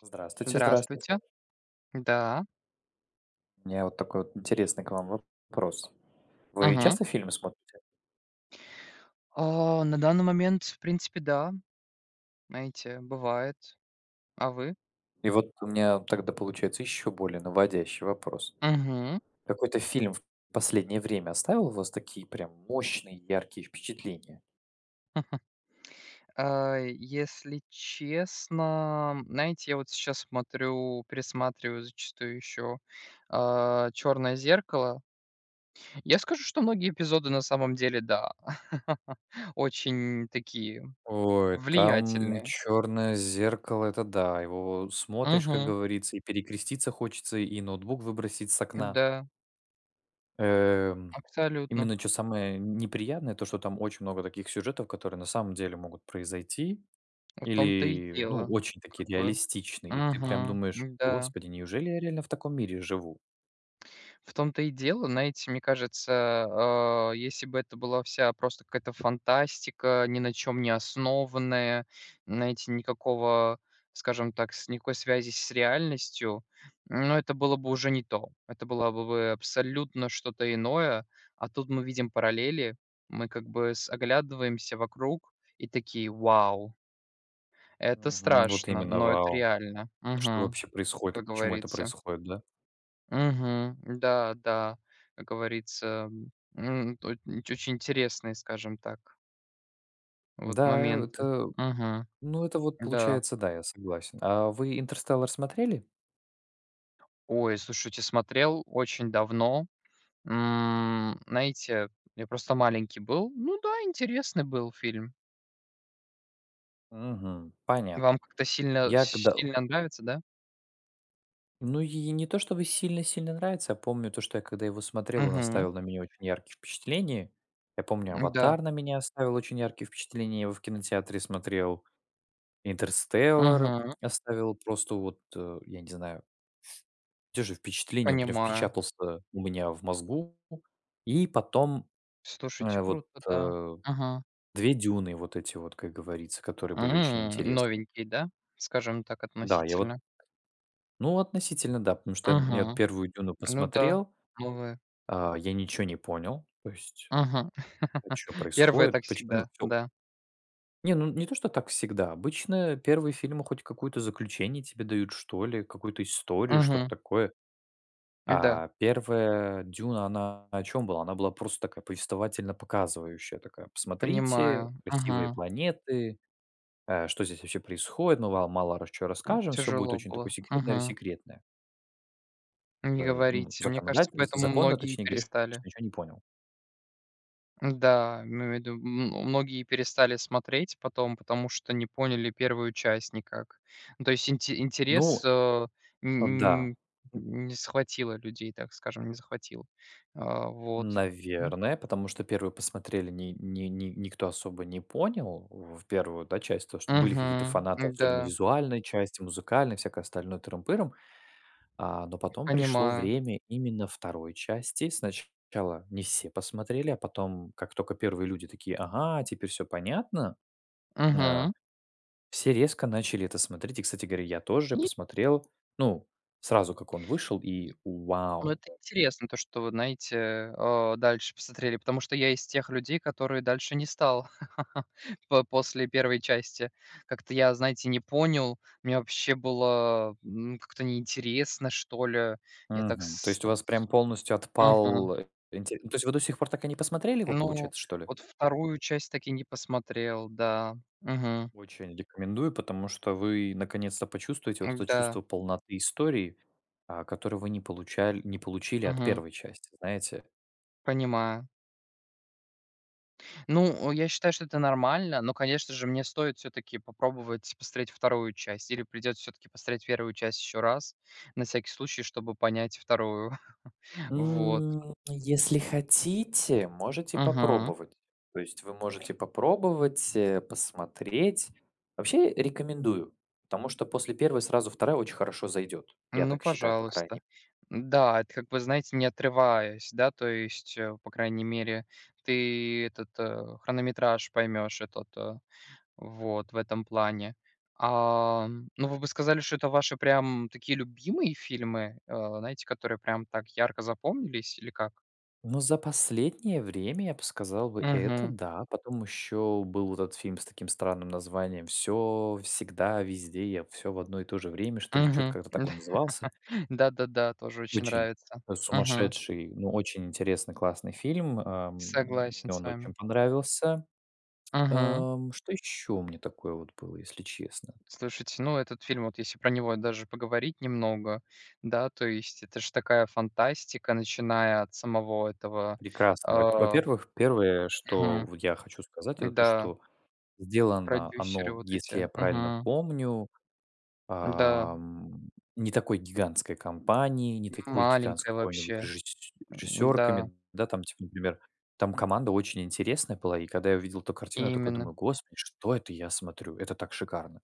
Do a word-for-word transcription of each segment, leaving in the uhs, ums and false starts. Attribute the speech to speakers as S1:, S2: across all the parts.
S1: Здравствуйте, здравствуйте.
S2: Здравствуйте. Да.
S1: У меня вот такой вот интересный к вам вопрос. Вы
S2: Мгм.
S1: часто фильмы смотрите?
S2: А, на данный момент, в принципе, да, знаете, бывает. А вы?
S1: И вот у меня тогда получается еще более наводящий вопрос.
S2: Мгм.
S1: Какой-то фильм в последнее время оставил у вас такие прям мощные, яркие впечатления?
S2: А, если честно, знаете, я вот сейчас смотрю, пересматриваю зачастую еще «Черное зеркало». Я скажу, что многие эпизоды на самом деле, да, очень такие
S1: Ой, там
S2: влиятельные.
S1: "Черное зеркало"- это да, его смотришь, как
S2: Мгм.
S1: говорится, и перекреститься хочется, и ноутбук выбросить с окна.
S2: Да,
S1: Эм,
S2: абсолютно.
S1: Именно что самое неприятное, то, что там очень много таких сюжетов, которые на самом деле могут произойти.
S2: В том-то и
S1: Или, ну,
S2: дело,
S1: очень такие
S2: как бы.
S1: реалистичные, и ты прям
S2: Мгм.
S1: думаешь:
S2: Да.
S1: "Господи, неужели я реально в таком мире живу?"
S2: В том-то и дело, знаете, мне кажется, а, если бы это была вся просто какая-то фантастика, ни на чем не основанная, знаете, никакого, скажем так, с никакой связи с реальностью, но это было бы уже не то. Это было бы абсолютно что-то иное. А тут мы видим параллели, мы как бы с- оглядываемся вокруг и такие, вау, это
S1: Мгм. Вот
S2: страшно,
S1: именно,
S2: но это
S1: вау.
S2: реально.
S1: Что
S2: Мгм.
S1: вообще происходит и
S2: Как
S1: почему это
S2: говорится.
S1: происходит, да?
S2: Мгм. Да, да, как говорится, м, м, очень интересные, скажем так, вот
S1: Да, э,
S2: моменты.
S1: это,
S2: Мгм.
S1: ну, это вот
S2: Да.
S1: получается, да, я согласен. А вы "Интерстеллар" смотрели?
S2: Ой, слушайте, смотрел очень давно. М, знаете, я просто маленький был. Ну да, интересный был фильм.
S1: Мгм. Понятно.
S2: Вам как-то сильно
S1: Я когда
S2: сильно нравится, да?
S1: Ну, и не то чтобы сильно-сильно нравится, я помню то, что я когда его смотрел, он
S2: Угу.
S1: оставил на меня очень яркие впечатления. Я помню,
S2: Да.
S1: "Аватар" на меня оставил очень яркие впечатления, я его в кинотеатре смотрел. "Интерстеллар"
S2: Угу.
S1: оставил просто вот, э, я не знаю, те же впечатления, он прям
S2: Понимаю.
S1: впечатался у меня в мозгу. И потом,
S2: Слушайте,
S1: э, вот,
S2: круто, да.
S1: э,
S2: Угу.
S1: две "Дюны", вот эти вот, как говорится, которые были очень интересны.
S2: Новенький, да? Скажем так,
S1: Да, я вот
S2: относительно.
S1: ну, относительно да, потому что я я вот
S2: Угу.
S1: первую "Дюну"
S2: Ну да,
S1: посмотрел,
S2: новые.
S1: а, я ничего не понял, то есть,
S2: Мгм.
S1: что
S2: Первые
S1: происходит,
S2: так
S1: почему, ну,
S2: всегда,
S1: всё.
S2: да.
S1: Не, ну не то, что так всегда. Обычно первые фильмы хоть какое-то заключение тебе дают, что ли, какую-то историю, что-то
S2: Мгм.
S1: такое.
S2: Да,
S1: А первая "Дюна", она о чем была? Она была просто такая повествовательно-показывающая такая: "Посмотрите,
S2: понимаю.
S1: красивые
S2: Мгм.
S1: планеты, э, что здесь вообще происходит, мы вам мало чё расскажем, все будет
S2: Тяжело
S1: очень такое
S2: было. Мгм.
S1: секретное-ресекретное".
S2: Не
S1: Э, ну,
S2: говорите. Мне кажется,
S1: законодатель
S2: поэтому
S1: законно,
S2: многие
S1: точнее, говоришь,
S2: перестали.
S1: что ничего не понял.
S2: Да, имею в виду, м, многие перестали смотреть потом, потому что не поняли первую часть никак. Ну, то есть инте
S1: Ну
S2: интерес, э,
S1: а, да,
S2: н н
S1: н
S2: не схватило людей, так скажем, не захватил. А, вот. М.
S1: наверное, потому что первую посмотрели, ни ни ни никто особо не понял в первую, да, часть. То, что были какие-то
S2: Мгм.
S1: фанаты, особенно
S2: Да,
S1: визуальной части, музыкальной, всякое остальное тырым-пырым. А, но потом пришло
S2: понимаю.
S1: время именно второй части. Сначала не все посмотрели, а потом, как только первые люди такие: "Ага, теперь все понятно", э,
S2: Мгм.
S1: все резко начали это смотреть. И, кстати говоря, я тоже
S2: Не,
S1: посмотрел, ну, сразу как он вышел, и
S2: и ну,
S1: вау!
S2: это интересно, то, что вы, знаете, а, дальше посмотрели, потому что я из тех людей, которые дальше не стал. по После первой части. Как-то я, знаете, не понял, мне вообще было, м, как-то неинтересно, что ли. Я так
S1: Мгм. То
S2: с
S1: есть у вас прям полностью
S2: Мгм.
S1: отпал, э, интере ну, то есть вы до сих пор так и не посмотрели его,
S2: Ну,
S1: получается, что ли?
S2: вот вторую часть таки не посмотрел, да. Мгм.
S1: Очень рекомендую, потому что вы наконец-то почувствуете вот это
S2: Да.
S1: чувство полноты истории, а, которое вы не получали, не получили от
S2: Мгм.
S1: первой части, знаете.
S2: Понимаю. Ну, я считаю, что это нормально, но, конечно же, мне стоит все-таки попробовать посмотреть вторую часть, или придется все-таки посмотреть первую часть еще раз, на всякий случай, чтобы понять вторую. Вот.
S1: М, Если хотите, можете
S2: Мгм.
S1: попробовать. То есть вы можете попробовать, э, посмотреть. Вообще рекомендую, потому что после первой сразу вторая очень хорошо зайдет. Я
S2: Ну,
S1: так считаю, по крайней
S2: пожалуйста. Да, это как бы, знаете, не отрываясь, да, то есть, э, по крайней мере, ты этот э, хронометраж поймешь, этот э, вот в этом плане. А, ну, вы бы сказали, что это ваши прям такие любимые фильмы, э, знаете, которые прям так ярко запомнились или как?
S1: ну, за последнее время я бы сказал бы это,
S2: Угу,
S1: да. Потом еще был вот этот фильм с таким странным названием "Все всегда, везде, я все в одно и то же время", что ли, чё-то
S2: угу.
S1: как-то так он назывался.
S2: Да-да-да, тоже очень
S1: Очень,
S2: нравится.
S1: э,
S2: Угу.
S1: сумасшедший, но очень интересный, классный фильм. Ам, мне
S2: Согласен с
S1: он
S2: вами.
S1: очень понравился.
S2: Угу.
S1: Ам, что еще мне такое вот было, если честно?
S2: Слушайте, ну, этот фильм, вот если про него даже поговорить немного, да, то есть это же такая фантастика, начиная от самого этого,
S1: Прекрасное. Во
S2: а,
S1: Во-первых, первое, что
S2: мгм,
S1: вот я хочу сказать, это то,
S2: да,
S1: что сделано
S2: продюсеры
S1: оно,
S2: вот эти,
S1: если я правильно
S2: мгм,
S1: помню,
S2: да.
S1: Ам, не такой гигантской компании, не такой гигант с
S2: Маленькая
S1: какой-нибудь
S2: вообще,
S1: режисс
S2: м-да,
S1: режиссёрками, да, там, типа, например, там команда очень интересная была, и когда я увидел эту картину, я такой
S2: именно,
S1: думаю: "Господи, что это я смотрю? Это так шикарно!"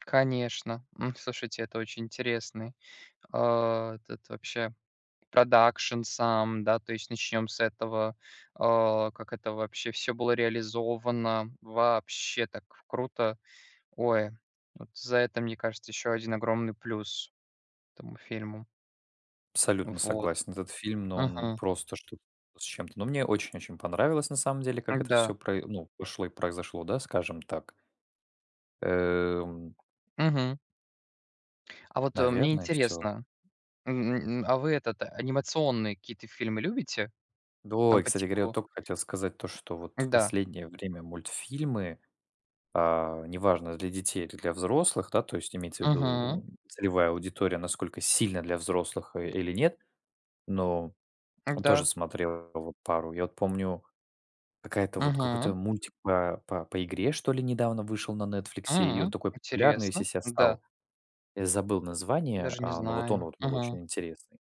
S2: конечно. М, слушайте, это очень интересный, а, этот вообще продакшн сам, да, то есть начнем с этого, а, как это вообще все было реализовано. Вообще так круто. Ой, вот за это, мне кажется, еще один огромный плюс этому фильму.
S1: Абсолютно
S2: Вот.
S1: согласен. Этот фильм, но он
S2: Мгм.
S1: просто что с чем-то. Но мне очень-очень понравилось, на самом деле, как это
S2: Да.
S1: все про, ну, пошло и произошло, да, скажем так. Эм,
S2: Мгм. А вот, э, мне
S1: Наверное, все.
S2: интересно, м, м, а вы этот, э, анимационные какие-то фильмы любите?
S1: Да,
S2: Там
S1: и,
S2: по
S1: кстати говоря, я вот
S2: типу.
S1: только хотел сказать то, что вот в
S2: Да.
S1: последнее время мультфильмы, а, неважно, для детей или для взрослых, да, то есть имеется в
S2: Мгм.
S1: виду целевая аудитория, насколько сильно для взрослых э, или нет, но он тоже
S2: Да.
S1: смотрел вот пару. Я вот помню, какая-то вот
S2: Мгм.
S1: какой-то мультик по, по, по игре, что ли, недавно вышел на Netflix, и он
S2: М.
S1: такой популярный, если
S2: Интересно.
S1: себя
S2: Да.
S1: стал. Я забыл название,
S2: Даже не
S1: а, но вот он
S2: знаю.
S1: вот был
S2: Мгм.
S1: очень интересный.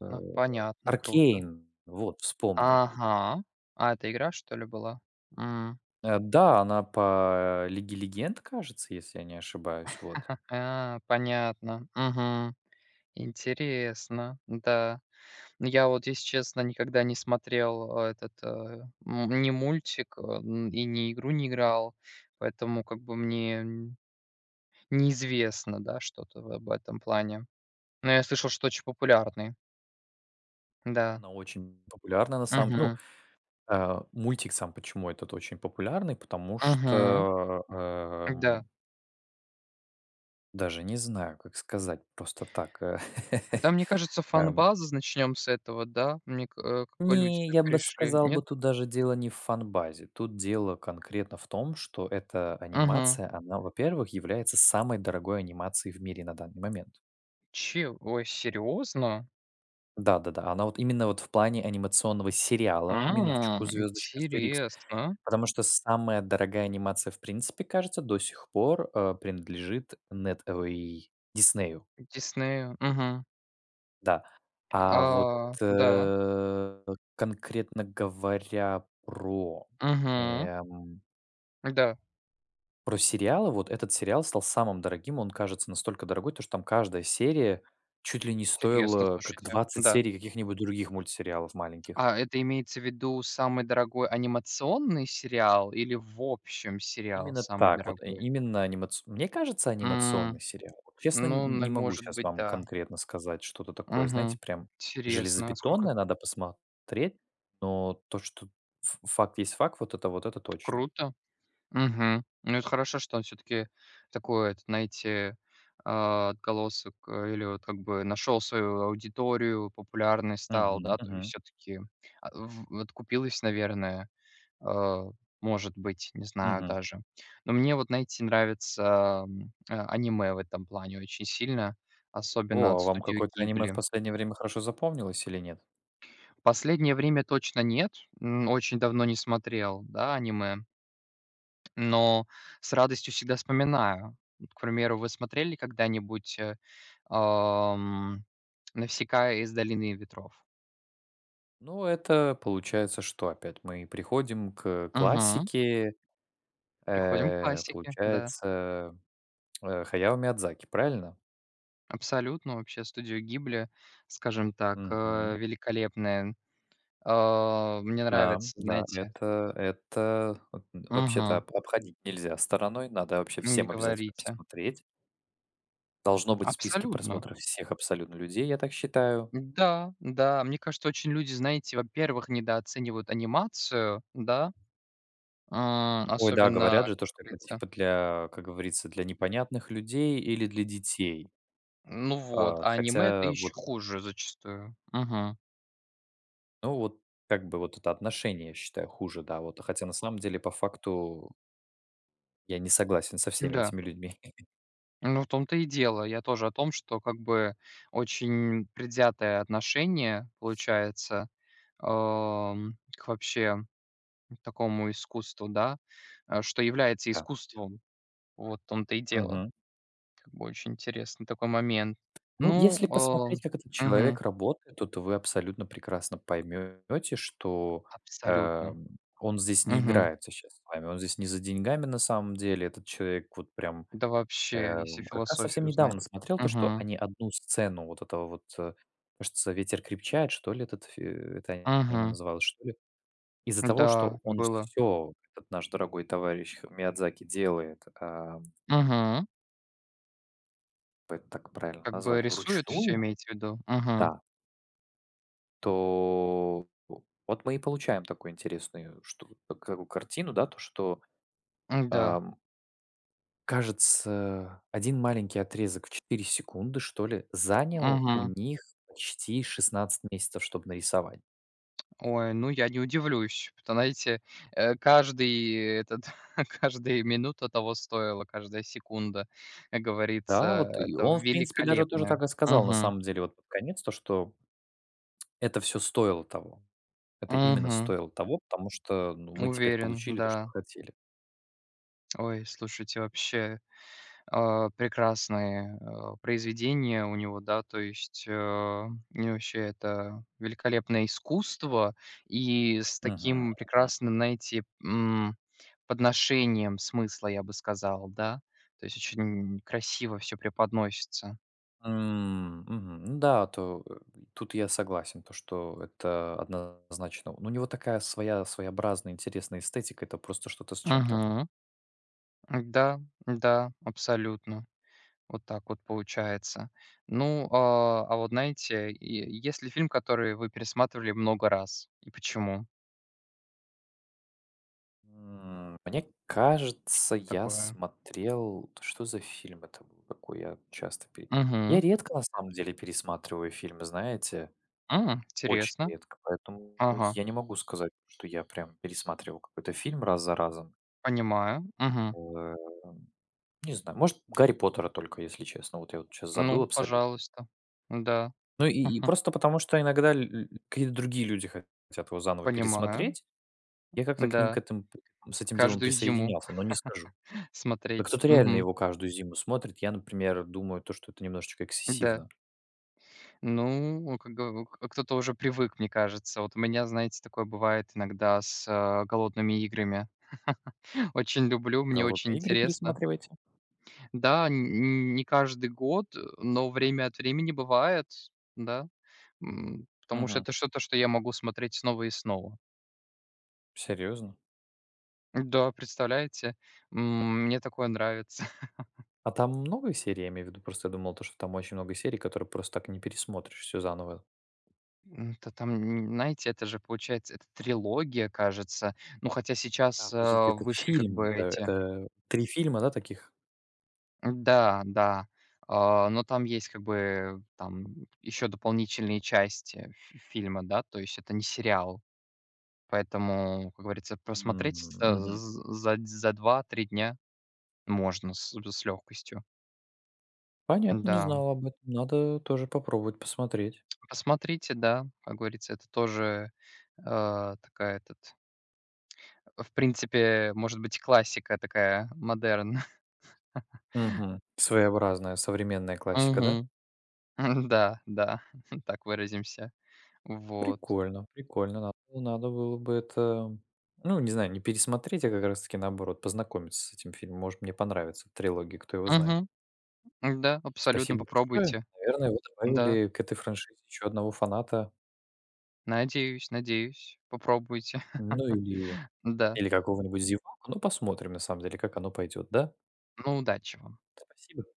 S1: Э,
S2: понятно. Круто.
S1: Аркейн, вот, вспомнил.
S2: Ага. А это игра, что ли, была? М.
S1: Э, Да, она по Лиге Легенд, кажется, если я не ошибаюсь, вот.
S2: А, понятно. Мгм. Интересно. Да. Ну, я вот, если честно, никогда не смотрел, э, этот, э, м, ни мультик, э, н и ни игру не играл, поэтому как бы мне н неизвестно, да, что-то в об этом плане. Но я слышал, что очень популярный. Да.
S1: Она очень популярна на самом... Ну,
S2: Мгм.
S1: Э, мультик сам почему этот очень популярный? Потому
S2: Мгм.
S1: что,
S2: Да.
S1: эм, даже не знаю, как сказать просто так, э.
S2: Да, мне кажется,
S1: Эм,
S2: фан-база, начнем с этого, да? Мне к э, как бы люди
S1: Не,
S2: так
S1: я бы
S2: пришли,
S1: сказал бы,
S2: нет?
S1: тут даже дело не в фанбазе. Тут дело конкретно в том, что эта
S2: Мгм.
S1: анимация, она, во-первых, является самой дорогой анимацией в мире на данный момент.
S2: Че ой, серьезно?
S1: Да-да-да, она вот именно вот в плане анимационного сериала,
S2: А,
S1: минуточку, звездочка.
S2: интересно.
S1: Потому что самая дорогая анимация, в принципе, кажется, до сих пор, э, принадлежит, нет, ой, Диснею,
S2: Диснею. Мгм.
S1: да. А вот,
S2: А, да.
S1: э, конкретно говоря про,
S2: Мгм.
S1: эм,
S2: Да,
S1: про сериалы, вот этот сериал стал самым дорогим. Он кажется настолько дорогой, то что там каждая серия чуть ли не
S2: интересно,
S1: стоила, э, как
S2: слушайте.
S1: двадцать
S2: Да.
S1: серий каких-нибудь других мультсериалов маленьких.
S2: А это имеется в виду самый дорогой анимационный сериал или в общем сериал
S1: Именно
S2: самый
S1: так вот, и
S2: дорогой?
S1: именно анимац мне кажется,
S2: М,
S1: анимационный сериал. Вот честно,
S2: ну,
S1: н
S2: на
S1: не могу
S2: может
S1: сейчас
S2: быть,
S1: вам
S2: да.
S1: конкретно сказать что-то такое, знаете,
S2: Мгм.
S1: прям
S2: Интересно, а сколько
S1: железобетонное, надо посмотреть, но то, что ф факт есть факт, вот это, вот это точно.
S2: круто. Мгм. Ну, это хорошо, что он все таки такой, это, знаете, а, отголосок, э, или вот как бы нашел свою аудиторию, популярный
S1: Мгм,
S2: стал, да, то есть
S1: мгм,
S2: все таки а, в откупилась, наверное, а, может быть, не знаю
S1: мгм.
S2: даже. Но мне вот, знаете, нравится, м, а, аниме в этом плане очень сильно, особенно
S1: О,
S2: от
S1: а вам
S2: студии
S1: какое-то аниме в
S2: «Гибли».
S1: последнее время хорошо запомнилось или нет?
S2: Последнее время точно нет, м, очень давно не смотрел, да, аниме. Но с радостью всегда вспоминаю. Вот, к примеру, вы смотрели когда-нибудь, э, ам, «Навсекая из долины ветров»?
S1: Ну, это получается что опять? Мы приходим к
S2: Мгм.
S1: классике,
S2: Приходим к
S1: э,
S2: классике, да.
S1: получается, э, Хаяо Миядзаки, правильно?
S2: Абсолютно, вообще студию «Гибли», скажем так,
S1: Мгм.
S2: э, великолепная. А, мне
S1: Да,
S2: нравится,
S1: да,
S2: знаете.
S1: это это вот н вообще-то
S2: Мгм.
S1: об обходить нельзя стороной, надо вообще
S2: Не
S1: всем обязательно
S2: говорите.
S1: посмотреть. Должно быть в списке
S2: Абсолютно.
S1: просмотра всех абсолютно людей, я так считаю.
S2: Да, да. Мне кажется, очень люди, знаете, во-первых, недооценивают анимацию, да, м,
S1: Ой, да,
S2: особенно,
S1: говорят
S2: как
S1: же то, что это
S2: говорится.
S1: типа для, как говорится, для непонятных людей или для детей.
S2: Ну вот,
S1: А,
S2: а аниме — это
S1: хотя вот,
S2: еще хуже зачастую. Мгм.
S1: ну вот как бы вот это отношение, я считаю, хуже, да, вот. Хотя на самом деле по факту я не согласен со всеми
S2: Да.
S1: этими людьми.
S2: Ну, в том-то и дело. Я тоже о том, что как бы очень предвзятое отношение получается, ам, к вообще такому искусству, да, э, что является
S1: Да.
S2: искусством. Вот в том-то и дело.
S1: Мгм.
S2: Как бы очень интересный такой момент.
S1: Ну, если
S2: Ну,
S1: посмотреть, как этот
S2: э, мгм,
S1: человек работает, то то вы абсолютно прекрасно поймете, что,
S2: абсолютно.
S1: эм, он здесь не
S2: Мгм.
S1: играет сейчас с вами, он здесь не за деньгами на самом деле. Этот человек вот прям,
S2: Да вообще, если
S1: эм, как раз совсем
S2: философию знать.
S1: недавно смотрел то, что
S2: Угу.
S1: они одну сцену вот этого вот, э, кажется, "Ветер крепчает", что ли, этот фи это аниме
S2: Угу.
S1: называлось, что ли. Из-за того,
S2: Да,
S1: что он
S2: было.
S1: все, этот наш дорогой товарищ Миядзаки, делает, ам,
S2: Угу.
S1: это так правильно
S2: Как бы
S1: назвать,
S2: рисует все
S1: вручную?
S2: имеете в виду? Мгм.
S1: Да. То вот мы и получаем такую интересную шту так такую картину, да, то, что,
S2: Да.
S1: ам, кажется, один маленький отрезок в четыре секунды, что ли, занял у
S2: Мгм.
S1: них почти шестнадцать месяцев, чтобы нарисовать.
S2: Ой, ну я не удивлюсь. Потому знаете, э, каждый этот каждая минута того стоила, каждая секунда, как
S1: Да, вот
S2: говорится,
S1: и
S2: это
S1: он, в принципе, даже тоже
S2: великолепно.
S1: так и сказал, на
S2: Мгм.
S1: самом деле, вот под конец, то, что это все стоило того. Это именно
S2: Мгм.
S1: стоило того, потому что, ну, мы теперь
S2: Уверен,
S1: получили то, что
S2: да.
S1: хотели.
S2: Ой, слушайте, вообще а, прекрасные, а, произведения у него, да, то есть, э, и вообще это великолепное искусство. И с таким
S1: Мгм.
S2: прекрасным, знаете, м, подношением смысла, я бы сказал, да. То есть очень красиво все преподносится.
S1: М, мгм. Ну да, то э, тут я согласен, то что это однозначно. Ну, у него такая своя своеобразная интересная эстетика, это просто что-то с чем-то.
S2: Мгм. Да, да, абсолютно. Вот так вот получается. Ну, а, а вот знаете, и есть ли фильм, который вы пересматривали много раз? И почему
S1: М, Мне кажется, я
S2: такое?
S1: смотрел... да Что за фильм это был? Какой я часто... пере- Я
S2: Мгм.
S1: редко, на самом деле, пересматриваю фильмы, знаете?
S2: М,
S1: Очень
S2: интересно.
S1: редко. Поэтому
S2: Ага,
S1: я не могу сказать, что я прям пересматривал какой-то фильм раз за разом.
S2: понимаю. Мгм.
S1: Э, Не знаю, может, Гарри Поттера только, если честно. Вот я вот сейчас забыл
S2: Ну,
S1: абсолютно.
S2: пожалуйста. Да.
S1: Ну и и просто потому, что иногда ль ль какие-то другие люди хот- хотят его заново
S2: Понимаю.
S1: пересмотреть. Я как-то к ним к
S2: Да.
S1: этим п с этим делом
S2: Каждую зиму
S1: присоединялся, но не скажу. Да
S2: смотреть.
S1: кто-то реально
S2: Мгм.
S1: его каждую зиму смотрит. Я, например, думаю, то, что это немножечко
S2: Да.
S1: эксцессивно.
S2: Ну, как га к кто-то уже привык, мне кажется. Вот у меня, знаете, такое бывает иногда с, э, «Голодными играми». Очень люблю, мне очень
S1: "Голодные игры"
S2: интересно.
S1: пересматриваете?
S2: Да, н н- не каждый год, э, но время от времени бывает, да. М, потому что
S1: Мгм.
S2: это что-то, что я могу смотреть снова и снова.
S1: Серьезно?
S2: Да, представляете? М, мне такое нравится.
S1: А там много серий, я имею в виду? Просто я думал, то, что там очень много серий, которые просто так не пересмотришь все заново.
S2: М, то Там, н знаете, это же получается, это трилогия, кажется. Ну, хотя
S1: А,
S2: сейчас,
S1: подождите,
S2: э,
S1: это
S2: вышли как
S1: фильм,
S2: бы
S1: да?
S2: эти.
S1: Это три фильма, да, таких?
S2: Да, да. А, но там есть как бы там еще дополнительные части фи фильма, да, то есть это не сериал. Поэтому, как говорится, просмотреть,
S1: М,
S2: э,
S1: Мгм.
S2: з за за два-три дня можно с с легкостью.
S1: Понятно, не
S2: Да,
S1: знал об этом. Надо тоже попробовать посмотреть.
S2: посмотрите, да, как говорится, это тоже, э, такая этот. В принципе, может быть, классика такая, модерн.
S1: Мгм. Своеобразная современная классика, да?
S2: Мгм. М, Да, да, так выразимся. Вот.
S1: Прикольно, прикольно. Надо, ну, надо было бы это, ну, не знаю, не пересмотреть, а как раз-таки наоборот, познакомиться с этим фильмом. Может, мне понравится трилогия, кто его знает.
S2: Мгм. Да, абсолютно,
S1: Спасибо большое.
S2: попробуйте.
S1: Наверное, вы
S2: Да,
S1: добавили к этой франшизе еще одного фаната,
S2: надеюсь, надеюсь, попробуйте.
S1: ну или,
S2: Да.
S1: или какого-нибудь зеваку. Ну, посмотрим, на самом деле, как оно пойдет, да?
S2: Ну, удачи вам.
S1: Спасибо.